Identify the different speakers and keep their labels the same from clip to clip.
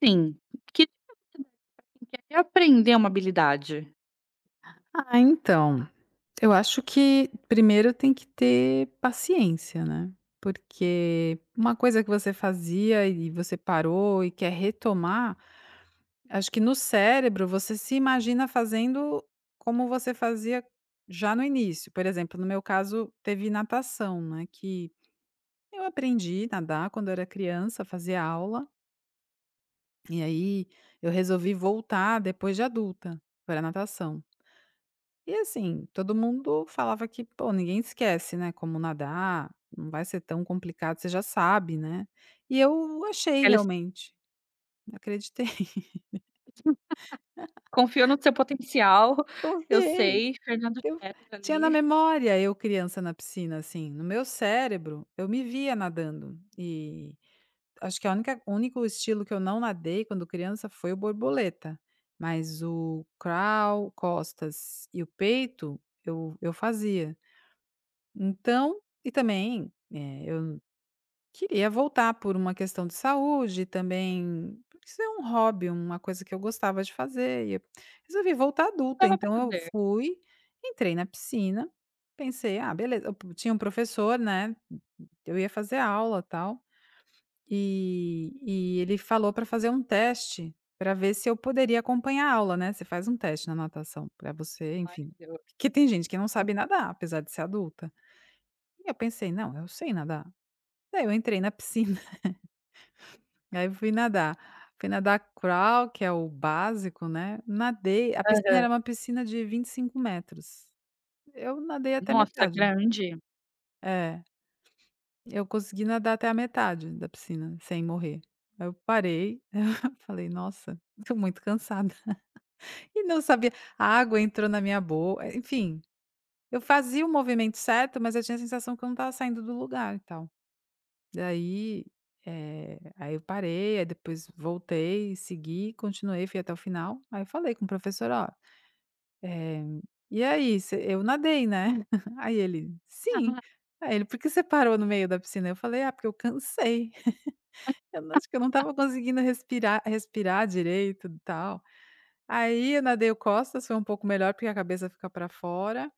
Speaker 1: Sim, que quer aprender uma habilidade,
Speaker 2: Ah, então, eu acho que primeiro tem que ter paciência, né, porque uma coisa que você fazia e você parou e quer retomar, acho que no cérebro você se imagina fazendo como você fazia já no início. Por exemplo, no meu caso, teve natação, né, que eu aprendi a nadar quando eu era criança, fazia aula, e aí eu resolvi voltar depois de adulta pra natação. E assim, todo mundo falava que, pô, ninguém esquece, né, como nadar, não vai ser tão complicado, você já sabe, né. E eu achei
Speaker 1: aquelas
Speaker 2: realmente, acreditei,
Speaker 1: confio no seu potencial, eu
Speaker 2: confiei,
Speaker 1: sei, Fernando
Speaker 2: eu
Speaker 1: Scherer
Speaker 2: tinha na
Speaker 1: ali,
Speaker 2: memória eu criança na piscina, assim, no meu cérebro, eu me via nadando. E acho que a única o único estilo que eu não nadei quando criança foi o borboleta, mas o crawl, costas e o peito eu fazia. Então e também, eu queria voltar por uma questão de saúde, também isso é um hobby, uma coisa que eu gostava de fazer e eu resolvi voltar adulta,
Speaker 1: dava pra
Speaker 2: então eu
Speaker 1: fazer,
Speaker 2: fui, entrei na piscina, pensei: "Ah, beleza", eu tinha um professor, né, eu ia fazer aula, tal, e ele falou para fazer um teste, para ver se eu poderia acompanhar a aula, né, você faz um teste na natação para você, enfim,
Speaker 1: entendeu.
Speaker 2: porque tem gente que não sabe nadar, apesar de ser adulta. E eu pensei: "Não, eu sei nadar". Daí eu entrei na piscina. E aí eu fui nadar. Fui nadar crawl, que é o básico, né, nadei a piscina
Speaker 1: Aham.
Speaker 2: era uma piscina de 25 metros. Eu nadei até a
Speaker 1: Nossa,
Speaker 2: metade.
Speaker 1: grande.
Speaker 2: É, eu consegui nadar até a metade da piscina sem morrer. Aí eu parei, falei: "Nossa, tô muito cansada". E não sabia a água entrou na minha boca. Enfim, eu fazia o movimento certo, mas eu tinha a sensação que eu não estava saindo do lugar e tal. Daí, aí eu parei, aí depois voltei, segui, continuei, fui até o final. Aí eu falei com o professor: "Ó, eh, e aí, você eu nadei, né?" Aí ele: "Sim". Aí ele: "Por que você parou no meio da piscina?" Eu falei: "Ah, porque eu cansei. Eu não estava conseguindo respirar direito e tal". Aí eu nadei o costas, foi um pouco melhor, porque a cabeça fica para fora,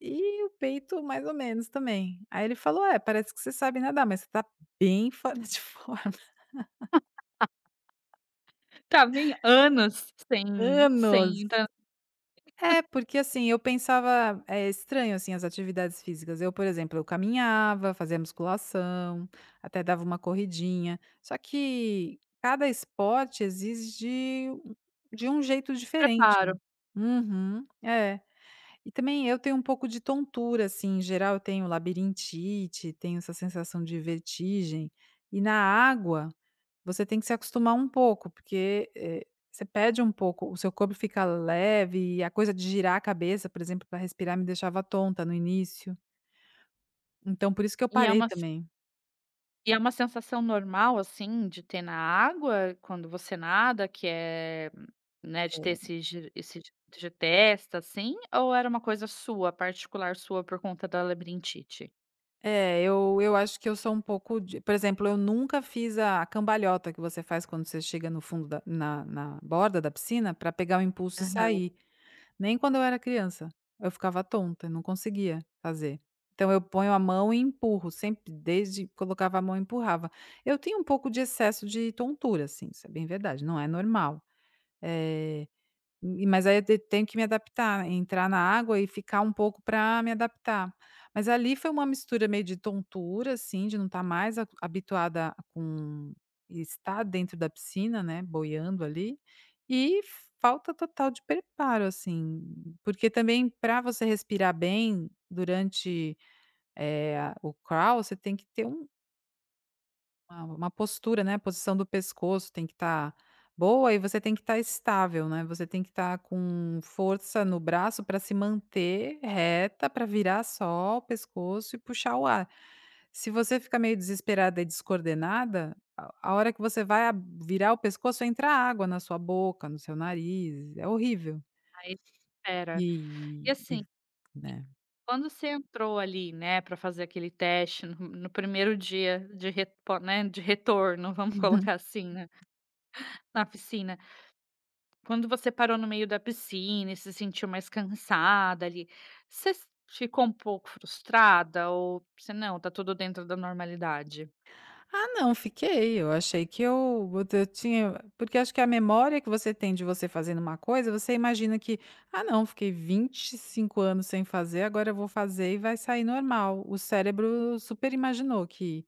Speaker 2: e o peito mais ou menos também. Aí ele falou: "É, parece que você sabe nadar, mas você tá bem fora de forma".
Speaker 1: Estava em anos sem
Speaker 2: Anos.
Speaker 1: entrar no
Speaker 2: É, porque assim, eu pensava é estranho, assim, as atividades físicas. Eu, por exemplo, eu caminhava, fazia musculação, até dava uma corridinha. Só que cada esporte exige um de um jeito diferente.
Speaker 1: preparo.
Speaker 2: Uhum, é. E também eu tenho um pouco de tontura, assim, em geral eu tenho labirintite, tenho essa sensação de vertigem. E na água você tem que se acostumar um pouco, porque, você perde um pouco, o seu corpo fica leve e a coisa de girar a cabeça, por exemplo, para respirar me deixava tonta no início. Então por isso que eu
Speaker 1: E é
Speaker 2: parei
Speaker 1: uma se
Speaker 2: também.
Speaker 1: E é uma sensação normal, assim, de ter na água quando você nada, que é, né, de ter
Speaker 2: É,
Speaker 1: esse de testa, assim, ou era uma coisa sua, particular sua, por conta da labirintite?
Speaker 2: é, eu acho que eu sou um pouco de por exemplo, eu nunca fiz a cambalhota que você faz quando você chega no fundo da na borda da piscina para pegar o impulso e
Speaker 1: Aham.
Speaker 2: sair. Nem quando eu era criança, eu ficava tonta, não conseguia fazer. Então eu ponho a mão e empurro, sempre desde colocava a mão e empurrava. Eu tenho um pouco de excesso de tontura, assim, isso é bem verdade, não é normal. Eh e mas aí eu te tenho que me adaptar, entrar na água e ficar um pouco para me adaptar. Mas ali foi uma mistura meio de tontura, assim, de não estar mais acu habituada com e estar dentro da piscina, né, boiando ali, e falta total de preparo, assim, porque também para você respirar bem durante, a o crawl, você tem que ter uma postura, né, a posição do pescoço tem que estar boa e você tem que estar estável, né, você tem que estar com força no braço para se manter reta, para virar só o pescoço e puxar o ar. Se você ficar meio desesperada e descoordenada, a hora que você vai ab virar o pescoço, entra água na sua boca, no seu nariz, é horrível.
Speaker 1: Aí espera. E
Speaker 2: E
Speaker 1: assim, e
Speaker 2: né.
Speaker 1: quando você entrou ali, né, para fazer aquele teste no primeiro dia de repo né, de retorno, vamos colocar assim, né, na piscina, quando você parou no meio da piscina e se sentiu mais cansada ali, você s ficou um pouco frustrada ou você: "Não, tá tudo dentro da normalidade"?
Speaker 2: Ah, não, fiquei. Eu achei que eu tinha. Porque acho que a memória que você tem de você fazendo uma coisa, você imagina que, ah, não, fiquei 25 anos sem fazer, agora eu vou fazer e vai sair normal. O cérebro super imaginou que,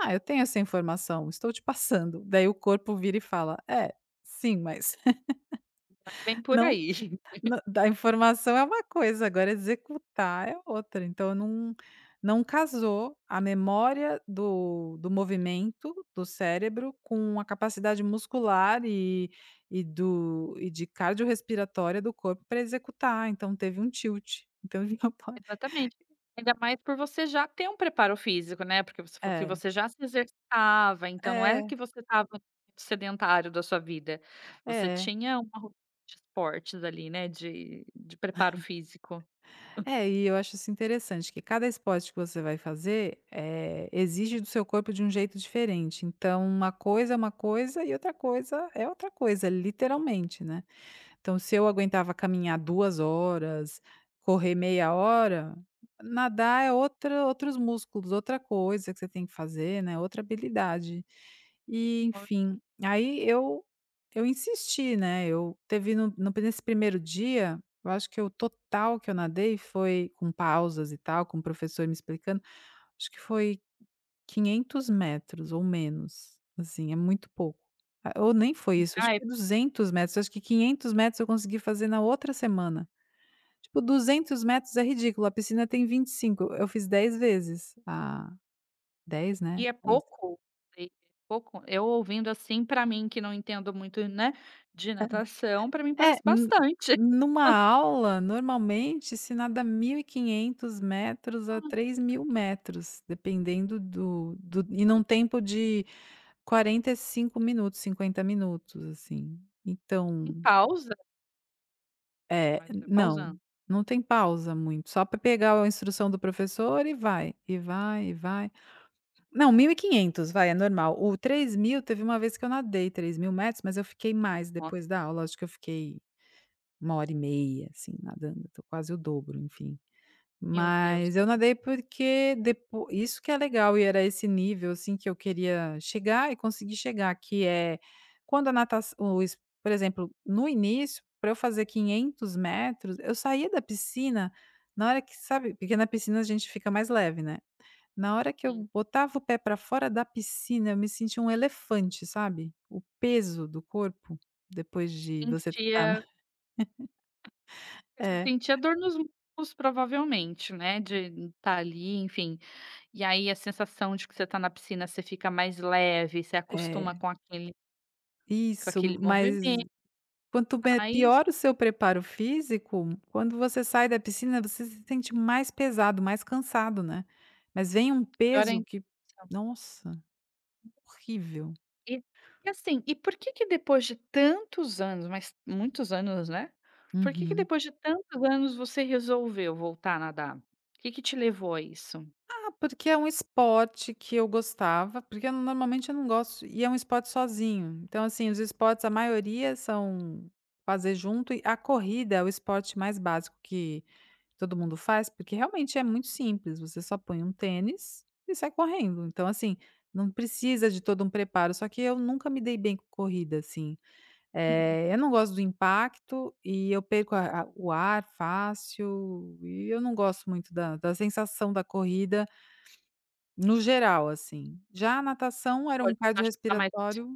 Speaker 2: ah, eu tenho essa informação, estou te passando. Daí o corpo vira e fala, é, sim, mas
Speaker 1: É bem por
Speaker 2: não
Speaker 1: aí.
Speaker 2: na da informação é uma coisa, agora executar é outra, então não casou a memória do movimento do cérebro com a capacidade muscular e do e de cardiorrespiratória do corpo para executar, então teve um tilt. Então, já pode-
Speaker 1: Exatamente. Ainda mais por você já ter um preparo físico, né, porque você falou que
Speaker 2: é,
Speaker 1: você já se exercitava, então não é que
Speaker 2: é,
Speaker 1: você estava sedentário da sua vida, você
Speaker 2: é.
Speaker 1: tinha uma rotina de esportes ali, né, de preparo físico.
Speaker 2: É, e eu acho isso interessante, que cada esporte que você vai fazer, exige do seu corpo de um jeito diferente. Então, uma coisa é uma coisa e outra coisa é outra coisa, literalmente, né? Então, se eu aguentava caminhar 2 horas, correr meia hora, nadar é outra outros músculos, outra coisa que você tem que fazer, né, outra habilidade. E
Speaker 1: Olha.
Speaker 2: enfim, aí eu insisti, né, eu teve no no nesse primeiro dia, eu acho que o total que eu nadei foi com pausas e tal, com o professor me explicando, acho que foi 500 metros ou menos, assim, é muito pouco. Ah, ou nem foi isso, acho que
Speaker 1: Ah,
Speaker 2: foi 200 metros, acho que 500 metros eu consegui fazer na outra semana. Tipo, 200 metros é ridículo, a piscina tem 25, eu fiz dez vezes a dez,
Speaker 1: e
Speaker 2: né,
Speaker 1: é
Speaker 2: é isso.
Speaker 1: pouco, e é eu ouvindo, assim, pra mim que não entendo muito, né, de natação, pra mim
Speaker 2: É.
Speaker 1: parece
Speaker 2: N
Speaker 1: bastante.
Speaker 2: Numa aula, normalmente, se nada 1.500 metros a
Speaker 1: Hum.
Speaker 2: 3.000 metros, dependendo do e num tempo de 45 minutos, 50 minutos, assim.
Speaker 1: Em
Speaker 2: Então
Speaker 1: pausa,
Speaker 2: é,
Speaker 1: mas é
Speaker 2: não,
Speaker 1: pausando.
Speaker 2: não tem pausa muito, só para pegar a instrução do professor e vai, e vai, e vai. Não, 1.500 vai, é normal. O 3.000 teve uma vez que eu nadei 3.000 metros, mas eu fiquei mais
Speaker 1: Nossa,
Speaker 2: depois da aula, acho que eu fiquei uma hora e meia, assim, nadando, tô quase o dobro, enfim.
Speaker 1: meu
Speaker 2: Mas
Speaker 1: Deus.
Speaker 2: eu nadei porque depo isso que é legal e era esse nível, assim, que eu queria chegar e conseguir chegar, que é quando a natação, por exemplo, no início, para eu fazer 500 metros, eu saía da piscina na hora que sabe, porque na piscina a gente fica mais leve, né. Na hora que eu
Speaker 1: Sim,
Speaker 2: botava o pé para fora da piscina, eu me sentia um elefante, sabe. O peso do corpo, depois de você estar
Speaker 1: sentia você
Speaker 2: é,
Speaker 1: sentia dor nos músculos provavelmente, né, de estar ali, enfim. E aí a sensação de que você tá na piscina, você fica mais leve, você acostuma
Speaker 2: é,
Speaker 1: com
Speaker 2: isso,
Speaker 1: aquele
Speaker 2: mas
Speaker 1: movimento,
Speaker 2: quanto me
Speaker 1: aí
Speaker 2: pior o seu preparo físico, quando você sai da piscina, você se sente mais pesado, mais cansado, né. Mas vem um
Speaker 1: pior
Speaker 2: peso
Speaker 1: ainda.
Speaker 2: que nossa, horrível.
Speaker 1: E e assim, e por que que depois de tantos anos, mas muitos anos, né, por que que
Speaker 2: Uhum.
Speaker 1: depois de tantos anos você resolveu voltar a nadar? O que que te levou a isso?
Speaker 2: Ah, porque é um esporte que eu gostava, porque eu normalmente eu não gosto e é um esporte sozinho. Então, assim, os esportes, a maioria são fazer junto e a corrida é o esporte mais básico que todo mundo faz, porque realmente é muito simples, você só põe um tênis e sai correndo. Então, assim, não precisa de todo um preparo, só que eu nunca me dei bem com corrida, assim.
Speaker 1: Hum,
Speaker 2: Eu não gosto do impacto e eu perco a o ar fácil e eu não gosto muito da sensação da corrida no geral, assim. Já a natação era um
Speaker 1: pode machucar mais.
Speaker 2: cardiorrespiratório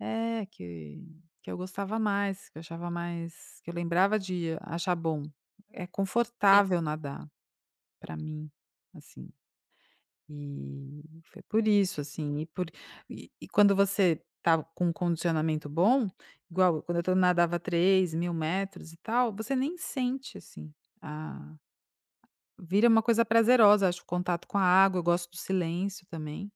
Speaker 2: é, que eu gostava mais, que eu achava mais que eu lembrava de achar bom. É
Speaker 1: Sim,
Speaker 2: confortável nadar para mim, assim, e foi por isso, assim, e por e quando você tá com um condicionamento bom, igual quando eu tô nadava 3.000 metros e tal, você nem sente, assim, a vira uma coisa prazerosa, acho, o contato com a água, eu gosto do silêncio também,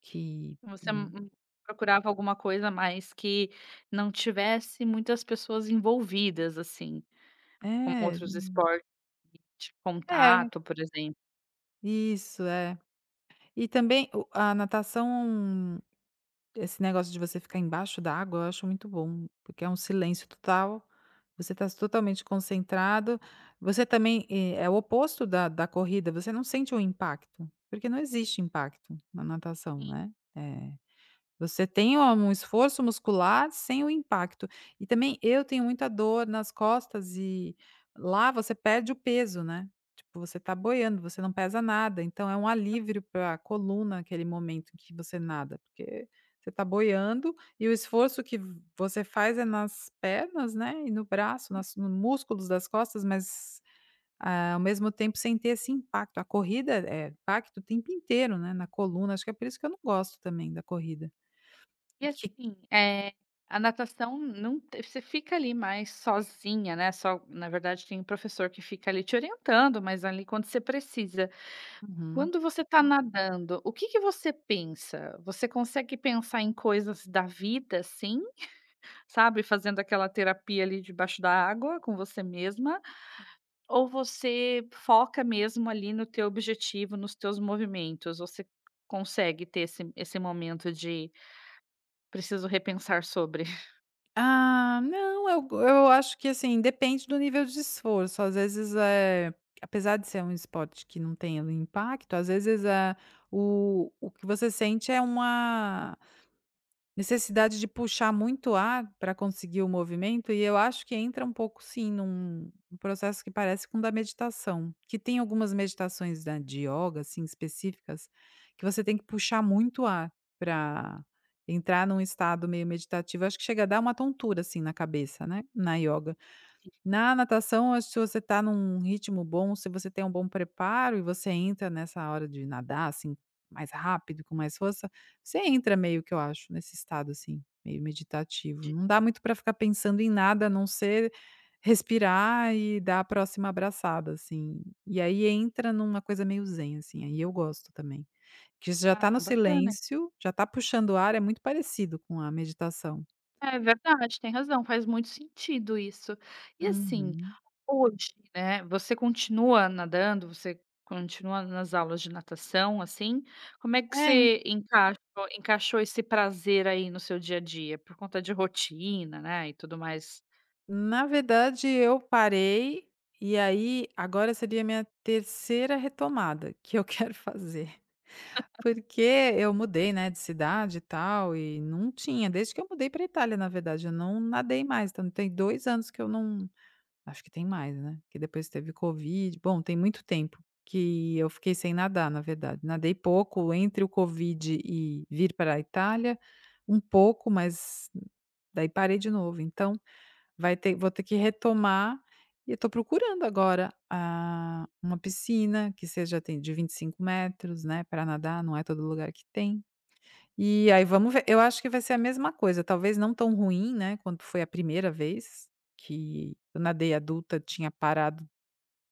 Speaker 2: que
Speaker 1: você, procurava alguma coisa mais que não tivesse muitas pessoas envolvidas, assim, como
Speaker 2: é,
Speaker 1: outros esportes de
Speaker 2: é,
Speaker 1: contato, por exemplo?
Speaker 2: isso, é. E também o a natação esse negócio de você ficar embaixo da água, eu acho muito bom, porque é um silêncio total, você está totalmente concentrado, você também, é o oposto da corrida, você não sente o impacto, porque não existe impacto na natação, né, você tem um esforço muscular sem o impacto. E também eu tenho muita dor nas costas e lá você perde o peso, né. Tipo, você tá boiando, você não pesa nada, então é um alívio para a coluna aquele momento em que você nada, porque você tá boiando e o esforço que você faz é nas pernas, né, e no braço, nas no músculos das costas, mas, ah, ao mesmo tempo sem ter esse impacto. A corrida é impacto o tempo inteiro, né, na coluna, acho que é por isso que eu não gosto também da corrida.
Speaker 1: E
Speaker 2: Que
Speaker 1: assim, é a natação não te você fica ali mais sozinha, né, só na verdade tem um professor que fica ali te orientando, mas ali quando você precisa.
Speaker 2: Uhum.
Speaker 1: Quando você está nadando, o que que você pensa? Você consegue pensar em coisas da vida, sim, sabe, fazendo aquela terapia ali debaixo da água com você mesma, ou você foca mesmo ali no teu objetivo, nos teus movimentos? Você consegue ter esse momento de: "Preciso repensar sobre"?
Speaker 2: Ah, não, eu acho que, assim, depende do nível de esforço. Às vezes, é, apesar de ser um esporte que não tem impacto, às vezes, é o que você sente é uma necessidade de puxar muito ar para conseguir o movimento, e eu acho que entra um pouco, sim, num processo que parece com o da meditação, que tem algumas meditações da de yoga, assim, específicas, que você tem que puxar muito ar para entrar num estado meio meditativo, acho que chega a dar uma tontura, assim, na cabeça, né, na yoga. Na natação, acho que se você está num ritmo bom, se você tem um bom preparo e você entra nessa hora de nadar, assim, mais rápido, com mais força, você entra meio que, eu acho, nesse estado, assim, meio meditativo. Não dá muito para ficar pensando em nada, a não ser respirar e dar a próxima abraçada, assim. E aí entra numa coisa meio zen, assim, aí eu gosto também. Que você já está no
Speaker 1: Ah, bacana.
Speaker 2: silêncio, já está puxando o ar, é muito parecido com a meditação.
Speaker 1: É verdade, tem razão, faz muito sentido isso. E assim,
Speaker 2: Uhum.
Speaker 1: hoje, né, você continua nadando, você continua nas aulas de natação, assim? Como é que
Speaker 2: É.
Speaker 1: você encaixou esse prazer aí no seu dia a dia? Por conta de rotina, né, e tudo mais?
Speaker 2: Na verdade, eu parei, e aí agora seria a minha terceira retomada que eu quero fazer. Porque eu mudei, né, de cidade e tal, e não tinha, desde que eu mudei para Itália, na verdade, eu não nadei mais, então tem 2 anos que eu não, acho que tem mais, né, que depois teve covid, bom, tem muito tempo que eu fiquei sem nadar, na verdade. Nadei pouco entre o covid e vir para a Itália, um pouco, mas daí parei de novo, então Vai ter vou ter que retomar, e eu estou procurando agora, ah, uma piscina que seja, tem de 25 m, né, para nadar, não é todo lugar que tem. E aí vamos ver, eu acho que vai ser a mesma coisa, talvez não tão ruim, né, quanto foi a primeira vez que eu nadei adulta, tinha parado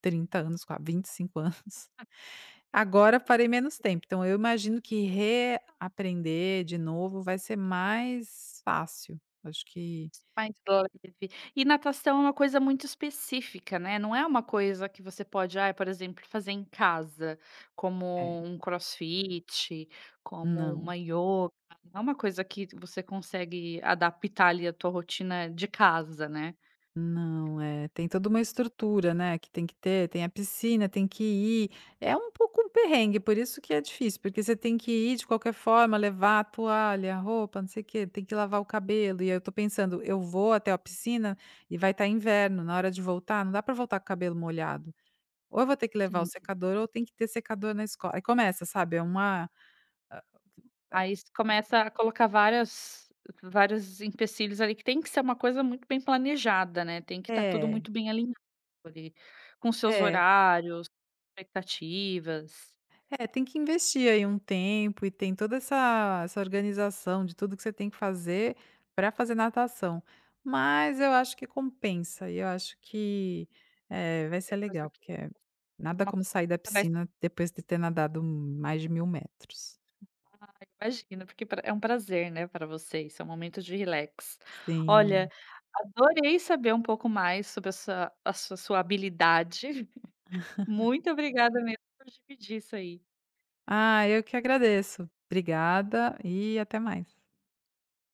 Speaker 2: 30 anos, qua 25 anos. Agora parei menos tempo, então eu imagino que reaprender de novo vai ser mais fácil. Acho que
Speaker 1: Mais leve. E natação é uma coisa muito específica, né, não é uma coisa que você pode, ah, por exemplo, fazer em casa, como
Speaker 2: é,
Speaker 1: um crossfit, como
Speaker 2: não.
Speaker 1: uma yoga, não é uma coisa que você consegue adaptar ali a tua rotina de casa, né.
Speaker 2: Não, é, tem toda uma estrutura, né, que tem que ter, tem a piscina, tem que ir, é um pouco um perrengue, por isso que é difícil, porque você tem que ir de qualquer forma, levar a toalha, a roupa, não sei o quê, tem que lavar o cabelo, e aí eu tô pensando, eu vou até a piscina e vai estar inverno, na hora de voltar, não dá para voltar com o cabelo molhado. Ou eu vou ter que levar o
Speaker 1: Sim, que
Speaker 2: secador, ou tem que ter secador na escola. Aí começa, sabe, é uma
Speaker 1: aí você começa a colocar várias vários empecilhos ali que tem que ser uma coisa muito bem planejada, né, tem que estar tudo
Speaker 2: é,
Speaker 1: muito bem alinhado ali, com seus
Speaker 2: é.
Speaker 1: horários, expectativas,
Speaker 2: É, tem que investir aí um tempo e tem toda essa organização de tudo que você tem que fazer para fazer natação. Mas eu acho que compensa, e eu acho que, eh, vai ser
Speaker 1: coisa
Speaker 2: legal,
Speaker 1: que.
Speaker 2: porque é nada como sair da
Speaker 1: Mas,
Speaker 2: piscina depois de ter nadado mais de 1.000 metros.
Speaker 1: ai, imagino, porque pra é um prazer, né, para vocês, é um momento de relax.
Speaker 2: Sim.
Speaker 1: Olha, adorei saber um pouco mais sobre essa a sua habilidade. Muito obrigada mesmo por dividir isso aí.
Speaker 2: Ah, eu que agradeço. Obrigada e até mais.